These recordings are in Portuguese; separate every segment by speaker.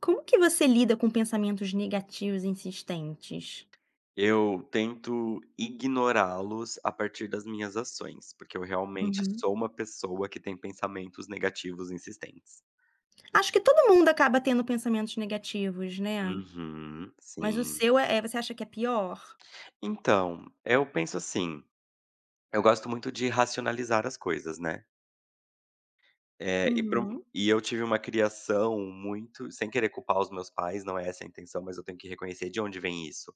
Speaker 1: Como que você lida com pensamentos negativos insistentes?
Speaker 2: Eu tento ignorá-los a partir das minhas ações, porque eu realmente
Speaker 1: Uhum.
Speaker 2: sou uma pessoa que tem pensamentos negativos insistentes.
Speaker 1: Acho que todo mundo acaba tendo pensamentos negativos, né.
Speaker 2: Uhum,
Speaker 1: Mas o
Speaker 2: sim.
Speaker 1: seu é você acha que é pior?
Speaker 2: Então, eu penso assim, eu gosto muito de racionalizar as coisas, né. Eh, e para um
Speaker 1: Uhum.
Speaker 2: E eu tive uma criação muito, sem querer culpar os meus pais, não é essa a intenção, mas eu tenho que reconhecer de onde vem isso,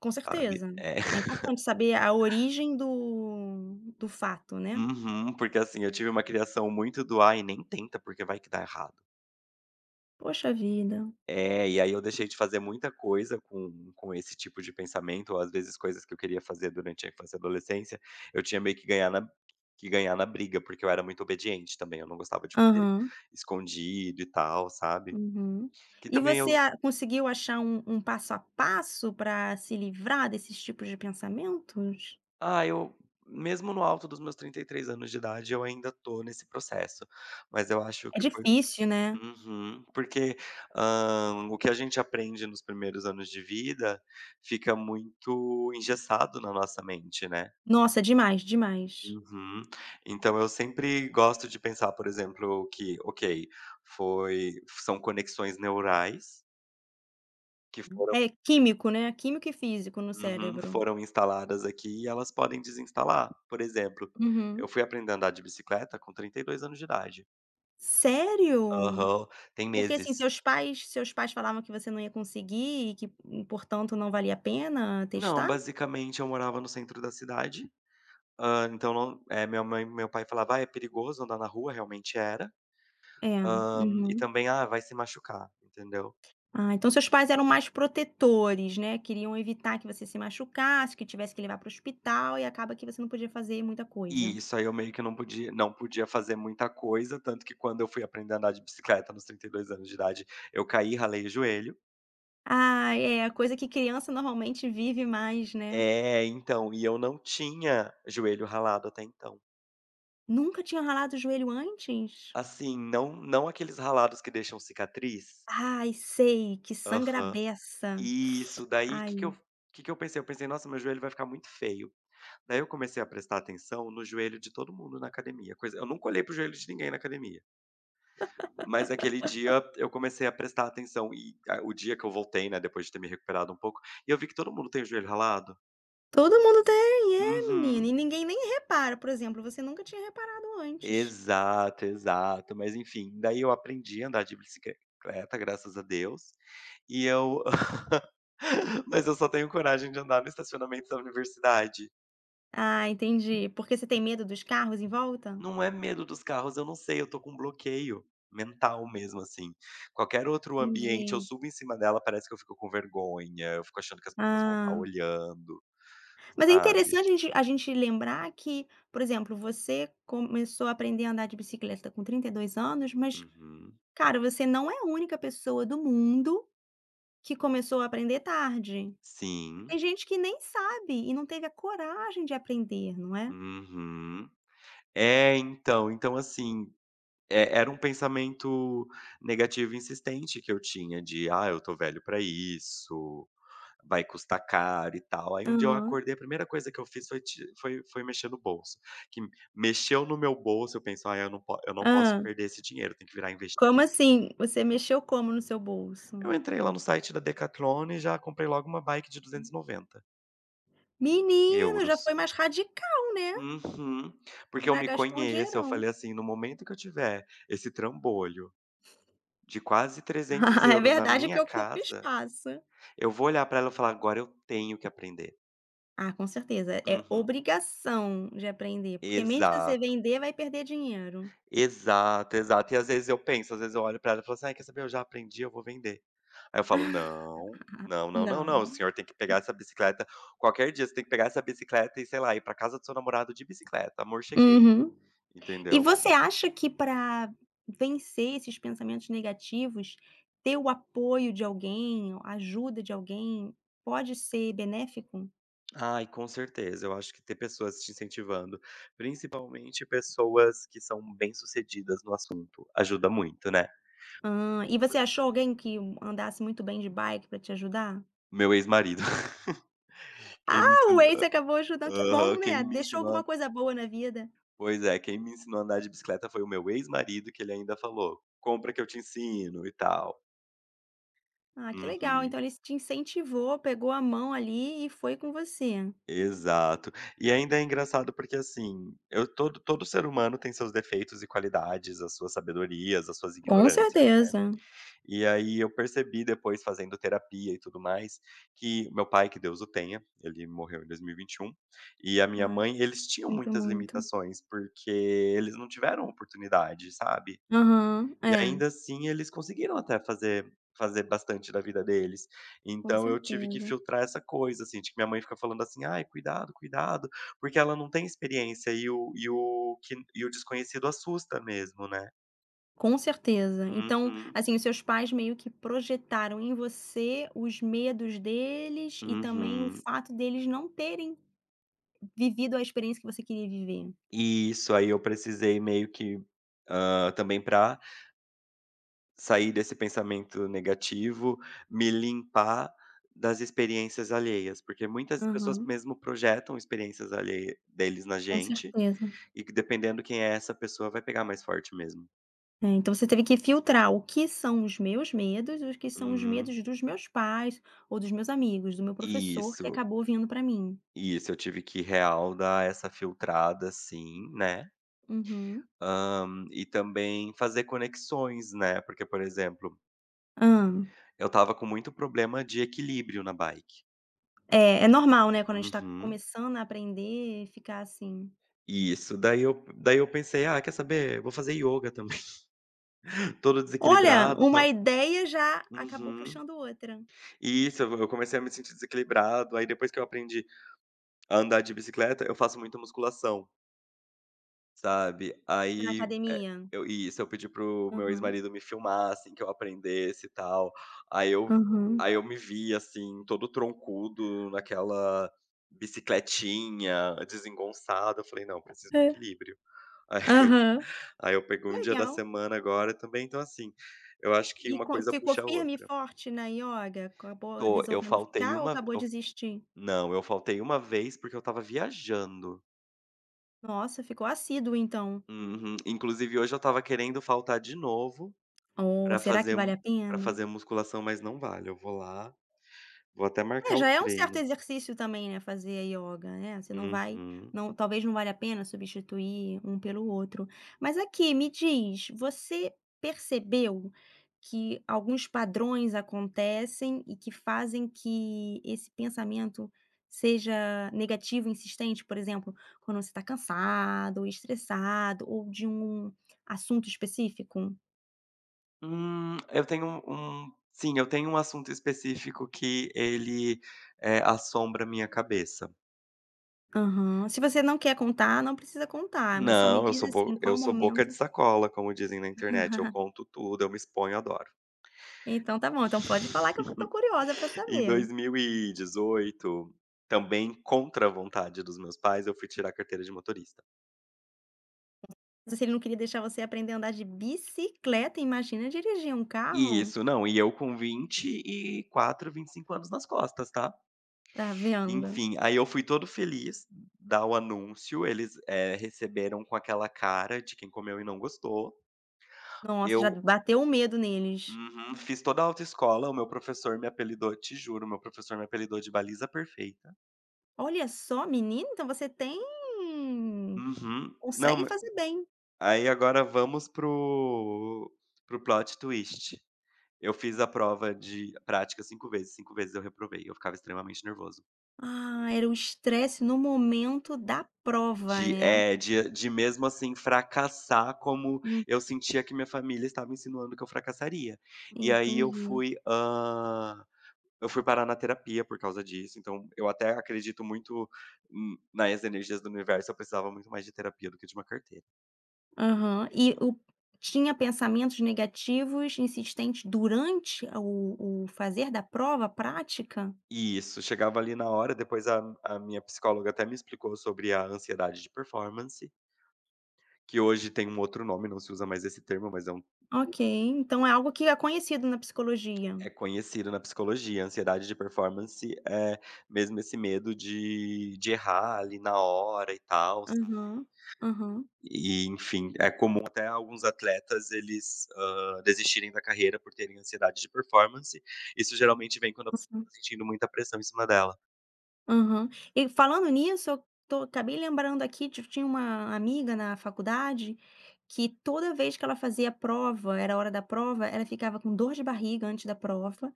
Speaker 1: Com
Speaker 2: sabe.
Speaker 1: certeza.
Speaker 2: É.
Speaker 1: É importante saber a origem do fato, né.
Speaker 2: Uhum, porque assim, eu tive uma criação muito do: "Ai, nem tenta, porque vai que dá errado".
Speaker 1: Poxa vida.
Speaker 2: É, e aí eu deixei de fazer muita coisa com esse tipo de pensamento, ou às vezes coisas que eu queria fazer durante a infância e adolescência, eu tinha meio que ganhar na briga, porque eu era muito obediente também, eu não gostava de fazer
Speaker 1: Aham.
Speaker 2: escondido e tal, sabe.
Speaker 1: Uhum.
Speaker 2: Que
Speaker 1: E
Speaker 2: também
Speaker 1: você
Speaker 2: eu
Speaker 1: a conseguiu achar um passo a passo para se livrar desses tipos de pensamentos?
Speaker 2: ah, eu mesmo no alto dos meus 33 anos de idade, eu ainda tô nesse processo, mas eu acho
Speaker 1: É
Speaker 2: que foi.
Speaker 1: difícil, né.
Speaker 2: Uhum. Porque, o que a gente aprende nos primeiros anos de vida fica muito engessado na nossa mente, né.
Speaker 1: Nossa, demais, demais.
Speaker 2: Uhum. Então eu sempre gosto de pensar, por exemplo, que, ok, foi são conexões neurais que foram,
Speaker 1: É químico, né, químico e físico no
Speaker 2: uhum,
Speaker 1: cérebro.
Speaker 2: foram instaladas aqui, e elas podem desinstalar. Por exemplo, eu
Speaker 1: Uhum.
Speaker 2: fui aprender a andar de bicicleta com 32 anos de idade.
Speaker 1: Sério?
Speaker 2: Aham, tem
Speaker 1: Porque, assim,
Speaker 2: meses.
Speaker 1: seus pais falavam que você não ia conseguir e que, portanto, não valia a pena
Speaker 2: Não,
Speaker 1: testar?
Speaker 2: basicamente eu morava no centro da cidade, então não, eh, minha mãe meu pai falava: "Ah, é perigoso andar na rua", realmente era.
Speaker 1: É,
Speaker 2: E
Speaker 1: uhum.
Speaker 2: também: "Ah, vai se machucar", entendeu?
Speaker 1: Ah, então seus pais eram mais protetores, né, queriam evitar que você se machucasse, que tivesse que levar para o hospital e acaba que você não podia fazer muita
Speaker 2: E
Speaker 1: coisa.
Speaker 2: isso aí eu meio que não podia fazer muita coisa, tanto que quando eu fui aprender a andar de bicicleta nos 32 anos de idade, eu caí, ralei o joelho.
Speaker 1: Ah, é, a coisa que criança normalmente vive mais, né.
Speaker 2: É, então, e eu não tinha joelho ralado até então.
Speaker 1: Nunca tinha ralado o joelho antes?
Speaker 2: Assim, não aqueles ralados que deixam cicatriz.
Speaker 1: Ai, sei, que sangra a
Speaker 2: Aham.
Speaker 1: beça.
Speaker 2: E isso, daí o
Speaker 1: Ai,
Speaker 2: que que eu pensei? Eu pensei: "Nossa, meu joelho vai ficar muito feio". Daí eu comecei a prestar atenção no joelho de todo mundo na academia, coisa eu nunca olhei pro joelho de ninguém na academia. Mas aquele dia eu comecei a prestar atenção, e a o dia que eu voltei, né, depois de ter me recuperado um pouco, e eu vi que todo mundo tem o joelho ralado.
Speaker 1: todo mundo tem, é menina,
Speaker 2: Uhum.
Speaker 1: e ninguém nem repara, por exemplo, você nunca tinha reparado antes.
Speaker 2: Exato, exato. Mas enfim, daí eu aprendi a andar de bicicleta, graças a Deus, e eu mas eu só tenho coragem de andar no estacionamento da universidade.
Speaker 1: Ah, entendi, porque você tem medo dos carros em volta?
Speaker 2: Não é medo dos carros, eu não sei, eu tô com um bloqueio mental mesmo, assim. Qualquer outro ambiente, eu
Speaker 1: Entendi.
Speaker 2: subo em cima dela, parece que eu fico com vergonha, eu fico achando que as pessoas vão estar
Speaker 1: Ah,
Speaker 2: olhando,
Speaker 1: mas é interessante
Speaker 2: sabe?
Speaker 1: a gente lembrar que, por exemplo, você começou a aprender a andar de bicicleta com 32 anos, mas,
Speaker 2: Uhum.
Speaker 1: cara, você não é a única pessoa do mundo que começou a aprender tarde.
Speaker 2: Sim.
Speaker 1: Tem gente que nem sabe e não teve a coragem de aprender, não é?
Speaker 2: Uhum. É, então, assim, era um pensamento negativo insistente que eu tinha de: "Ah, eu tô velho pra isso, vai custar caro e tal". Aí um dia eu
Speaker 1: Aham.
Speaker 2: acordei, a primeira coisa que eu fiz foi ti foi foi mexer no bolso, que mexeu no meu bolso, eu penso: "Ah, eu não po eu não posso
Speaker 1: Hã.
Speaker 2: perder esse dinheiro, tem que virar
Speaker 1: Como
Speaker 2: investimento".
Speaker 1: assim? Você mexeu como no seu bolso?
Speaker 2: Eu entrei lá no site da Decathlon e já comprei logo uma bike de 290
Speaker 1: Menino, já
Speaker 2: euros.
Speaker 1: foi mais radical, né?
Speaker 2: Uhum. Porque eu
Speaker 1: Já
Speaker 2: me
Speaker 1: gastou um
Speaker 2: conheço, eu
Speaker 1: dinheirão.
Speaker 2: falei assim: "No momento que eu tiver esse trambolho de quase 300
Speaker 1: É
Speaker 2: euros na
Speaker 1: verdade que
Speaker 2: minha
Speaker 1: ocupa
Speaker 2: casa,
Speaker 1: espaço.
Speaker 2: eu vou olhar pra ela e falar: 'Agora eu tenho que aprender'".
Speaker 1: Ah, com certeza. É
Speaker 2: Uhum.
Speaker 1: obrigação de aprender, porque mesmo se você
Speaker 2: Exato.
Speaker 1: vender, vai perder dinheiro.
Speaker 2: Exato, exato. E às vezes eu penso, às vezes eu olho pra ela e falo assim: "Ai, quer saber, eu já aprendi, eu vou vender". Aí eu falo: "Não, não, não, não, não, o
Speaker 1: Não.
Speaker 2: senhor tem que pegar essa bicicleta qualquer dia, você tem que pegar essa bicicleta e, sei lá, ir pra casa do seu namorado de bicicleta, amor, cheguei",
Speaker 1: Uhum. E
Speaker 2: entendeu?
Speaker 1: você acha que para vencer esses pensamentos negativos, ter o apoio de alguém, a ajuda de alguém, pode ser benéfico?
Speaker 2: Ai, com certeza. Eu acho que ter pessoas te incentivando, principalmente pessoas que são bem-sucedidas no assunto, ajuda muito, né.
Speaker 1: Ah, e você achou alguém que andasse muito bem de bike pra te ajudar?
Speaker 2: Meu ex-marido, quem me
Speaker 1: Ah, o
Speaker 2: ensinou
Speaker 1: Waze acabou ajudando. Que bom,
Speaker 2: aham, quem
Speaker 1: né,
Speaker 2: me
Speaker 1: deixou
Speaker 2: ensinou
Speaker 1: alguma
Speaker 2: a
Speaker 1: coisa boa na vida.
Speaker 2: pois é, quem me ensinou a andar de bicicleta foi o meu ex-marido, que ele ainda falou: "Compra que eu te ensino e tal".
Speaker 1: Ah, que legal,
Speaker 2: Uhum.
Speaker 1: então ele te incentivou, pegou a mão ali e foi com você.
Speaker 2: Exato. E ainda é engraçado porque, assim, eu todo todo ser humano tem seus defeitos e qualidades, as suas sabedorias, as suas
Speaker 1: Com
Speaker 2: ignorâncias.
Speaker 1: certeza.
Speaker 2: E aí eu percebi, depois fazendo terapia e tudo mais, que meu pai, que Deus o tenha, ele morreu em 2021, e vinte e um, e a minha
Speaker 1: Ah,
Speaker 2: mãe, eles tinham
Speaker 1: sinto
Speaker 2: muitas
Speaker 1: muito.
Speaker 2: limitações, porque eles não tiveram oportunidade, sabe.
Speaker 1: Aham,
Speaker 2: E
Speaker 1: é,
Speaker 2: ainda assim eles conseguiram até fazer bastante da vida deles.
Speaker 1: com
Speaker 2: Então eu tive que
Speaker 1: certeza.
Speaker 2: filtrar essa coisa, assim, de que minha mãe fica falando assim: "Ai, cuidado, cuidado", porque ela não tem experiência, e o que e o desconhecido assusta mesmo, né.
Speaker 1: Com certeza. Então,
Speaker 2: Uhum,
Speaker 1: assim, os seus pais meio que projetaram em você os medos deles e também o
Speaker 2: uhum.
Speaker 1: fato deles não terem vivido a experiência que você queria viver.
Speaker 2: E isso, aí eu precisei meio que, também, para sair desse pensamento negativo, me limpar das experiências alheias, porque muitas pessoas
Speaker 1: Aham.
Speaker 2: mesmo projetam experiências alheias deles na
Speaker 1: Com
Speaker 2: gente,
Speaker 1: certeza.
Speaker 2: e que, dependendo quem é essa pessoa, vai pegar mais forte mesmo.
Speaker 1: É, então você teve que filtrar o que são os meus medos e o que são os
Speaker 2: Uhum.
Speaker 1: medos dos meus pais ou dos meus amigos, do meu professor que
Speaker 2: Isso,
Speaker 1: acabou vindo pra mim.
Speaker 2: isso, eu tive que real dar essa filtrada sim, né,
Speaker 1: Uhum.
Speaker 2: e também fazer conexões, né, porque, por exemplo,
Speaker 1: Hã.
Speaker 2: eu tava com muito problema de equilíbrio na bike.
Speaker 1: É, é normal, né, quando a gente tá
Speaker 2: Uhum.
Speaker 1: começando a aprender, ficar assim:
Speaker 2: Isso, daí eu pensei: "Ah, quer saber? Vou fazer ioga também", todo
Speaker 1: "Olha,
Speaker 2: desequilibrado,
Speaker 1: uma
Speaker 2: tal.
Speaker 1: ideia já acabou
Speaker 2: Uhum.
Speaker 1: puxando outra",
Speaker 2: E isso, eu comecei a me sentir desequilibrado, aí depois que eu aprendi a andar de bicicleta, eu faço muita musculação, sabe.
Speaker 1: na
Speaker 2: Aí, eh,
Speaker 1: academia.
Speaker 2: eu e isso, eu pedi para o meu
Speaker 1: Aham,
Speaker 2: ex-marido me filmar, assim, que eu aprendesse e tal. Aí eu
Speaker 1: aham.
Speaker 2: aí eu me vi, assim, todo troncudo naquela bicicletinha, desengonçado, eu falei: "Não, preciso de
Speaker 1: É.
Speaker 2: equilíbrio".
Speaker 1: Aham.
Speaker 2: Aí eu peguei um dia da
Speaker 1: Legal.
Speaker 2: semana agora também, então assim, eu acho que
Speaker 1: E
Speaker 2: uma
Speaker 1: co
Speaker 2: coisa
Speaker 1: ficou
Speaker 2: puxa a
Speaker 1: firme e
Speaker 2: outra.
Speaker 1: forte na ioga? Acabou
Speaker 2: Tô, eu
Speaker 1: resolvendo
Speaker 2: faltei
Speaker 1: ficar ou
Speaker 2: uma
Speaker 1: acabou
Speaker 2: eu
Speaker 1: desistir?
Speaker 2: não, eu faltei uma vez porque eu estava viajando.
Speaker 1: Nossa, ficou assíduo então.
Speaker 2: Uhum. Inclusive hoje eu estava querendo faltar de novo
Speaker 1: Ou
Speaker 2: pra
Speaker 1: será
Speaker 2: fazer
Speaker 1: que vale a
Speaker 2: para
Speaker 1: pena?
Speaker 2: fazer musculação, mas não vale, eu vou lá, vou até
Speaker 1: É,
Speaker 2: marcar o
Speaker 1: já é um certo
Speaker 2: treino.
Speaker 1: exercício também, né, fazer a yoga, né, você não vai
Speaker 2: Uhum.
Speaker 1: não talvez não valha a pena substituir um pelo outro. Mas aqui, me diz, você percebeu que alguns padrões acontecem e que fazem que esse pensamento seja negativo, insistente? Por exemplo, quando você está cansado, estressado ou de um assunto específico?
Speaker 2: Eu tenho um um Sim, eu tenho um assunto específico que ele, assombra a minha cabeça.
Speaker 1: Aham. Se você não quer contar, não precisa contar, mas só me
Speaker 2: Não, eu
Speaker 1: diz,
Speaker 2: sou bo
Speaker 1: assim, qual
Speaker 2: eu sou boca de
Speaker 1: momento.
Speaker 2: sacola, como dizem na internet, eu conto tudo, eu me exponho, adoro.
Speaker 1: Então tá bom, então pode falar que eu tô curiosa pra
Speaker 2: Em
Speaker 1: saber.
Speaker 2: 2018, também contra a vontade dos meus pais, eu fui tirar a carteira de motorista.
Speaker 1: Se ele não queria deixar você aprender a andar de bicicleta, imagina dirigir um carro.
Speaker 2: Isso, não, e eu com 24, 25 anos nas costas, tá.
Speaker 1: Tá vendo?
Speaker 2: Enfim, aí eu fui todo feliz dar o anúncio, eles, receberam com aquela cara de quem comeu e não gostou.
Speaker 1: Nossa, já
Speaker 2: Eu
Speaker 1: bateu o medo neles.
Speaker 2: Uhum. Fiz toda a autoescola, o meu professor me apelidou te juro, meu professor me apelidou de "Baliza Perfeita".
Speaker 1: Olha só, menina, então você tem
Speaker 2: Uhum. Não,
Speaker 1: consegue
Speaker 2: ma
Speaker 1: fazer bem.
Speaker 2: Aí agora vamos pro plot twist. Eu fiz a prova de prática 5 vezes, 5 vezes eu reprovei, eu ficava extremamente nervoso.
Speaker 1: Ah, era o estresse no momento da prova,
Speaker 2: De
Speaker 1: né?
Speaker 2: é, de mesmo assim fracassar como
Speaker 1: Hum,
Speaker 2: eu sentia que minha família estava insinuando que eu fracassaria. E aí eu
Speaker 1: entendi.
Speaker 2: fui, hã Eu fui parar na terapia por causa disso, então eu até acredito muito n nas energias do universo, eu precisava muito mais de terapia do que de uma carteira.
Speaker 1: Aham. E o tinha pensamentos negativos insistentes durante o fazer da prova prática?
Speaker 2: E isso, chegava ali na hora, depois a minha psicóloga até me explicou sobre a ansiedade de performance, que hoje tem um outro nome, não se usa mais esse termo, mas
Speaker 1: Ok, então é algo que é conhecido na psicologia.
Speaker 2: é conhecido na psicologia. Ansiedade de performance é mesmo esse medo de errar ali na hora e tal.
Speaker 1: Aham, aham.
Speaker 2: E enfim, é comum até alguns atletas eles, desistirem da carreira por terem ansiedade de performance, isso geralmente vem quando a pessoa tá sentindo muita pressão em cima dela.
Speaker 1: Aham. E falando nisso, eu tô acabei lembrando aqui de tinha uma amiga na faculdade que toda vez que ela fazia prova, era a hora da prova, ela ficava com dor de barriga antes da prova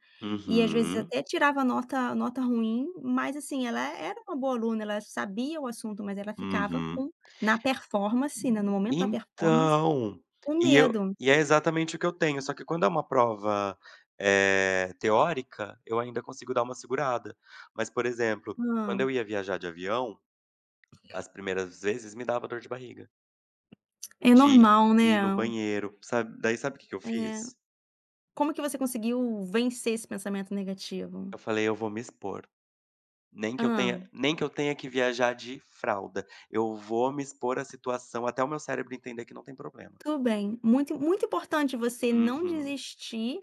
Speaker 1: e às vezes
Speaker 2: Uhum,
Speaker 1: até tirava nota ruim, mas assim, ela era uma boa aluna, ela sabia o assunto, mas ela ficava
Speaker 2: uhum.
Speaker 1: com, na performance, né, no momento da performance,
Speaker 2: Então,
Speaker 1: com
Speaker 2: e eu
Speaker 1: medo.
Speaker 2: e é exatamente o que eu tenho, só que quando é uma prova, teórica, eu ainda consigo dar uma segurada, mas, por exemplo,
Speaker 1: Hã.
Speaker 2: quando eu ia viajar de avião, as primeiras vezes me dava dor de barriga,
Speaker 1: É
Speaker 2: de
Speaker 1: normal, né.
Speaker 2: ir no banheiro, sabe. Daí sabe o que que eu
Speaker 1: É.
Speaker 2: fiz?
Speaker 1: Como que você conseguiu vencer esse pensamento negativo?
Speaker 2: Eu falei: "Eu vou me expor,
Speaker 1: Ah.
Speaker 2: nem que eu tenha que viajar de fralda, eu vou me expor à situação até o meu cérebro entender que não tem problema".
Speaker 1: Tudo bem. Muito importante você não
Speaker 2: Uhum,
Speaker 1: desistir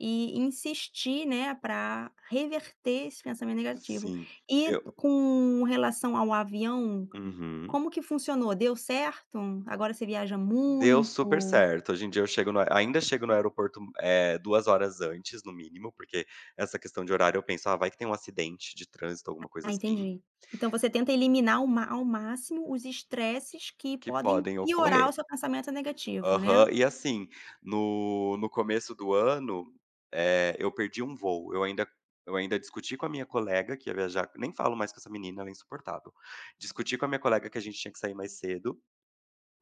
Speaker 1: e insistir, né, para reverter esse pensamento negativo.
Speaker 2: sim,
Speaker 1: E
Speaker 2: eu
Speaker 1: com relação ao avião,
Speaker 2: uhum.
Speaker 1: como que funcionou? Deu certo? Agora você viaja
Speaker 2: Deu super
Speaker 1: muito?
Speaker 2: certo, hoje em dia eu chego no ainda chego no aeroporto, 2 horas antes no mínimo, porque essa questão de horário eu penso: "Ah, vai que tem um acidente de trânsito, alguma coisa
Speaker 1: Ah,
Speaker 2: assim,
Speaker 1: entendi. Então você tenta eliminar o ma ao máximo os estresses que
Speaker 2: que
Speaker 1: podem
Speaker 2: podem
Speaker 1: piorar o
Speaker 2: ocorrer".
Speaker 1: seu pensamento negativo, né?
Speaker 2: Aham. E assim, no começo do ano, eu perdi um voo. Eu ainda discuti com a minha colega que ia viajar, nem falo mais com essa menina, ela é insuportável. Discuti com a minha colega que a gente tinha que sair mais cedo,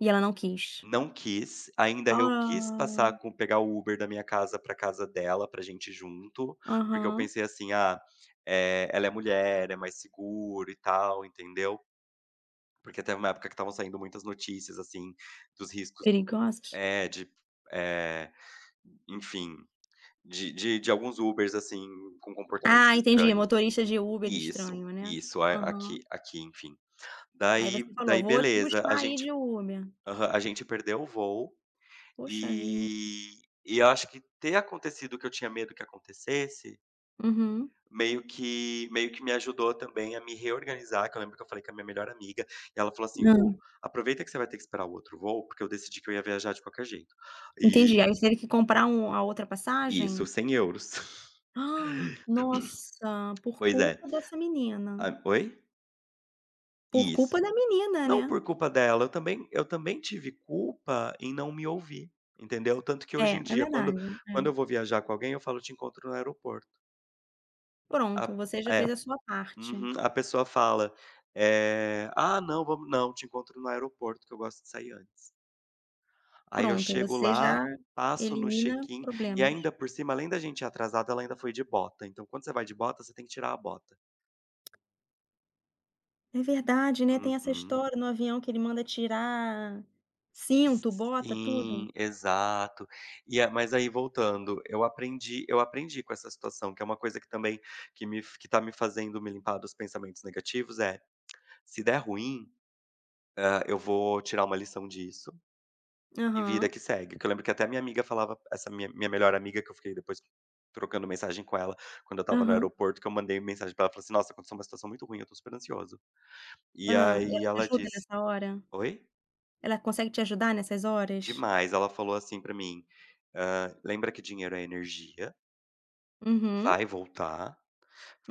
Speaker 1: E ela não quis.
Speaker 2: não quis. Ainda eu quis
Speaker 1: Ah,
Speaker 2: passar com pegar o Uber da minha casa para casa dela, pra gente ir junto, porque eu
Speaker 1: aham.
Speaker 2: pensei assim: "Ah, ela é mulher, é mais seguro e tal", entendeu. Porque teve uma época que estavam saindo muitas notícias, assim, dos riscos
Speaker 1: Perigosos.
Speaker 2: é, de, eh enfim, de alguns Ubers, assim, com comportamentos
Speaker 1: Ah, entendi,
Speaker 2: estranhos.
Speaker 1: motorista de Uber
Speaker 2: Isso,
Speaker 1: estranho, né.
Speaker 2: isso, a aqui
Speaker 1: Aham.
Speaker 2: aqui, enfim.
Speaker 1: Aí
Speaker 2: Daí
Speaker 1: você falou:
Speaker 2: daí
Speaker 1: "Vou te
Speaker 2: beleza, a
Speaker 1: buscar aí
Speaker 2: gente
Speaker 1: de Uber".
Speaker 2: aham, a gente perdeu o voo,
Speaker 1: Poxa vida.
Speaker 2: e eu acho que ter acontecido o que eu tinha medo que acontecesse
Speaker 1: Uhum.
Speaker 2: meio que me ajudou também a me reorganizar, que eu lembro que eu falei com a minha melhor amiga, e ela falou assim: "Gu,
Speaker 1: Hã.
Speaker 2: aproveita que você vai ter que esperar o outro voo, porque eu decidi que eu ia viajar de qualquer jeito". E
Speaker 1: Entendi, aí você teve que comprar um a outra passagem?
Speaker 2: isso, €100.
Speaker 1: Ah, Nossa, por
Speaker 2: Pois é.
Speaker 1: culpa dessa menina.
Speaker 2: A Oi?
Speaker 1: Por
Speaker 2: Isso.
Speaker 1: culpa da menina,
Speaker 2: Não
Speaker 1: né.
Speaker 2: por culpa dela, eu também tive culpa em não me ouvir, entendeu? Tanto que
Speaker 1: É,
Speaker 2: hoje em
Speaker 1: é
Speaker 2: dia quando
Speaker 1: verdade,
Speaker 2: quando eu
Speaker 1: é.
Speaker 2: vou viajar com alguém eu falo: "Te encontro no aeroporto". A
Speaker 1: Pronto, você já
Speaker 2: É,
Speaker 1: fez a sua parte.
Speaker 2: uhum, a pessoa fala, "Ah não, vamos não, te encontro no aeroporto que eu gosto de sair antes". Aí eu
Speaker 1: Pronto,
Speaker 2: chego
Speaker 1: você
Speaker 2: lá,
Speaker 1: já
Speaker 2: passo no
Speaker 1: elimina
Speaker 2: check-in, e
Speaker 1: problemas.
Speaker 2: ainda por cima, além da gente ir atrasado, ela ainda foi de bota, então quando você vai de bota, você tem que tirar a bota.
Speaker 1: É verdade, né, tem essa
Speaker 2: Uhum.
Speaker 1: história no avião que ele manda tirar cinto, bota, tudo.
Speaker 2: Sim, exato. E a mas aí voltando, eu aprendi com essa situação, que é uma coisa que também que tá me fazendo me limpar dos pensamentos negativos, é: "Se der ruim, eu vou tirar uma lição disso e vida
Speaker 1: Aham,
Speaker 2: que segue". Que eu lembro que até minha amiga falava, essa minha melhor amiga, que eu fiquei depois trocando mensagem com ela, quando eu estava no
Speaker 1: aham.
Speaker 2: aeroporto, que eu mandei mensagem pra ela, falei assim: "Nossa, aconteceu uma situação muito ruim, eu tô super ansioso".
Speaker 1: Hã,
Speaker 2: E
Speaker 1: e
Speaker 2: aí
Speaker 1: ela te
Speaker 2: ela
Speaker 1: ajuda
Speaker 2: disse.
Speaker 1: nessa hora?
Speaker 2: Oi?
Speaker 1: Ela consegue te ajudar nessas horas?
Speaker 2: Demais. Ela falou assim pra mim: " lembra que dinheiro é energia?
Speaker 1: Uhum,
Speaker 2: Vai voltar,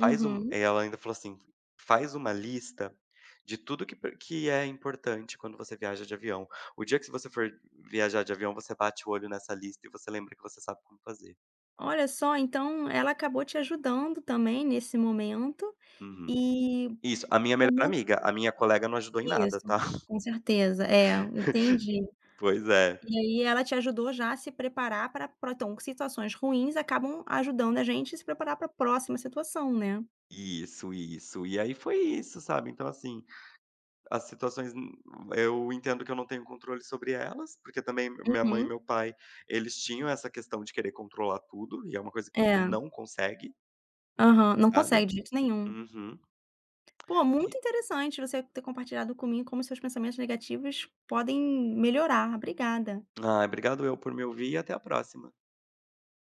Speaker 2: faz um ela ainda falou assim: "Faz uma lista de tudo que pre que é importante quando você viaja de avião. O dia que você for viajar de avião, você bate o olho nessa lista e você lembra que você sabe como fazer".
Speaker 1: Olha só, então ela acabou te ajudando também nesse momento
Speaker 2: Uhum.
Speaker 1: e
Speaker 2: Isso, a minha melhor
Speaker 1: momento
Speaker 2: amiga, a minha colega não ajudou em nada,
Speaker 1: isso,
Speaker 2: tá.
Speaker 1: com certeza, é, entendi.
Speaker 2: Pois é.
Speaker 1: E aí ela te ajudou já a se preparar para pra então situações ruins acabam ajudando a gente a se preparar para a próxima situação, né.
Speaker 2: Isso, isso. E aí foi isso, sabe. Então assim, As situações n eu entendo que eu não tenho controle sobre elas, porque também minha mãe e
Speaker 1: Uhum.
Speaker 2: meu pai, eles tinham essa questão de querer controlar tudo, e é uma coisa que você
Speaker 1: É,
Speaker 2: não consegue,
Speaker 1: aham, não
Speaker 2: sabe.
Speaker 1: consegue de jeito nenhum.
Speaker 2: Uhum.
Speaker 1: Pô, muito
Speaker 2: E
Speaker 1: interessante você ter compartilhado comigo como seus pensamentos negativos podem melhorar. Obrigada.
Speaker 2: Obrigado eu por me ouvir e até a próxima.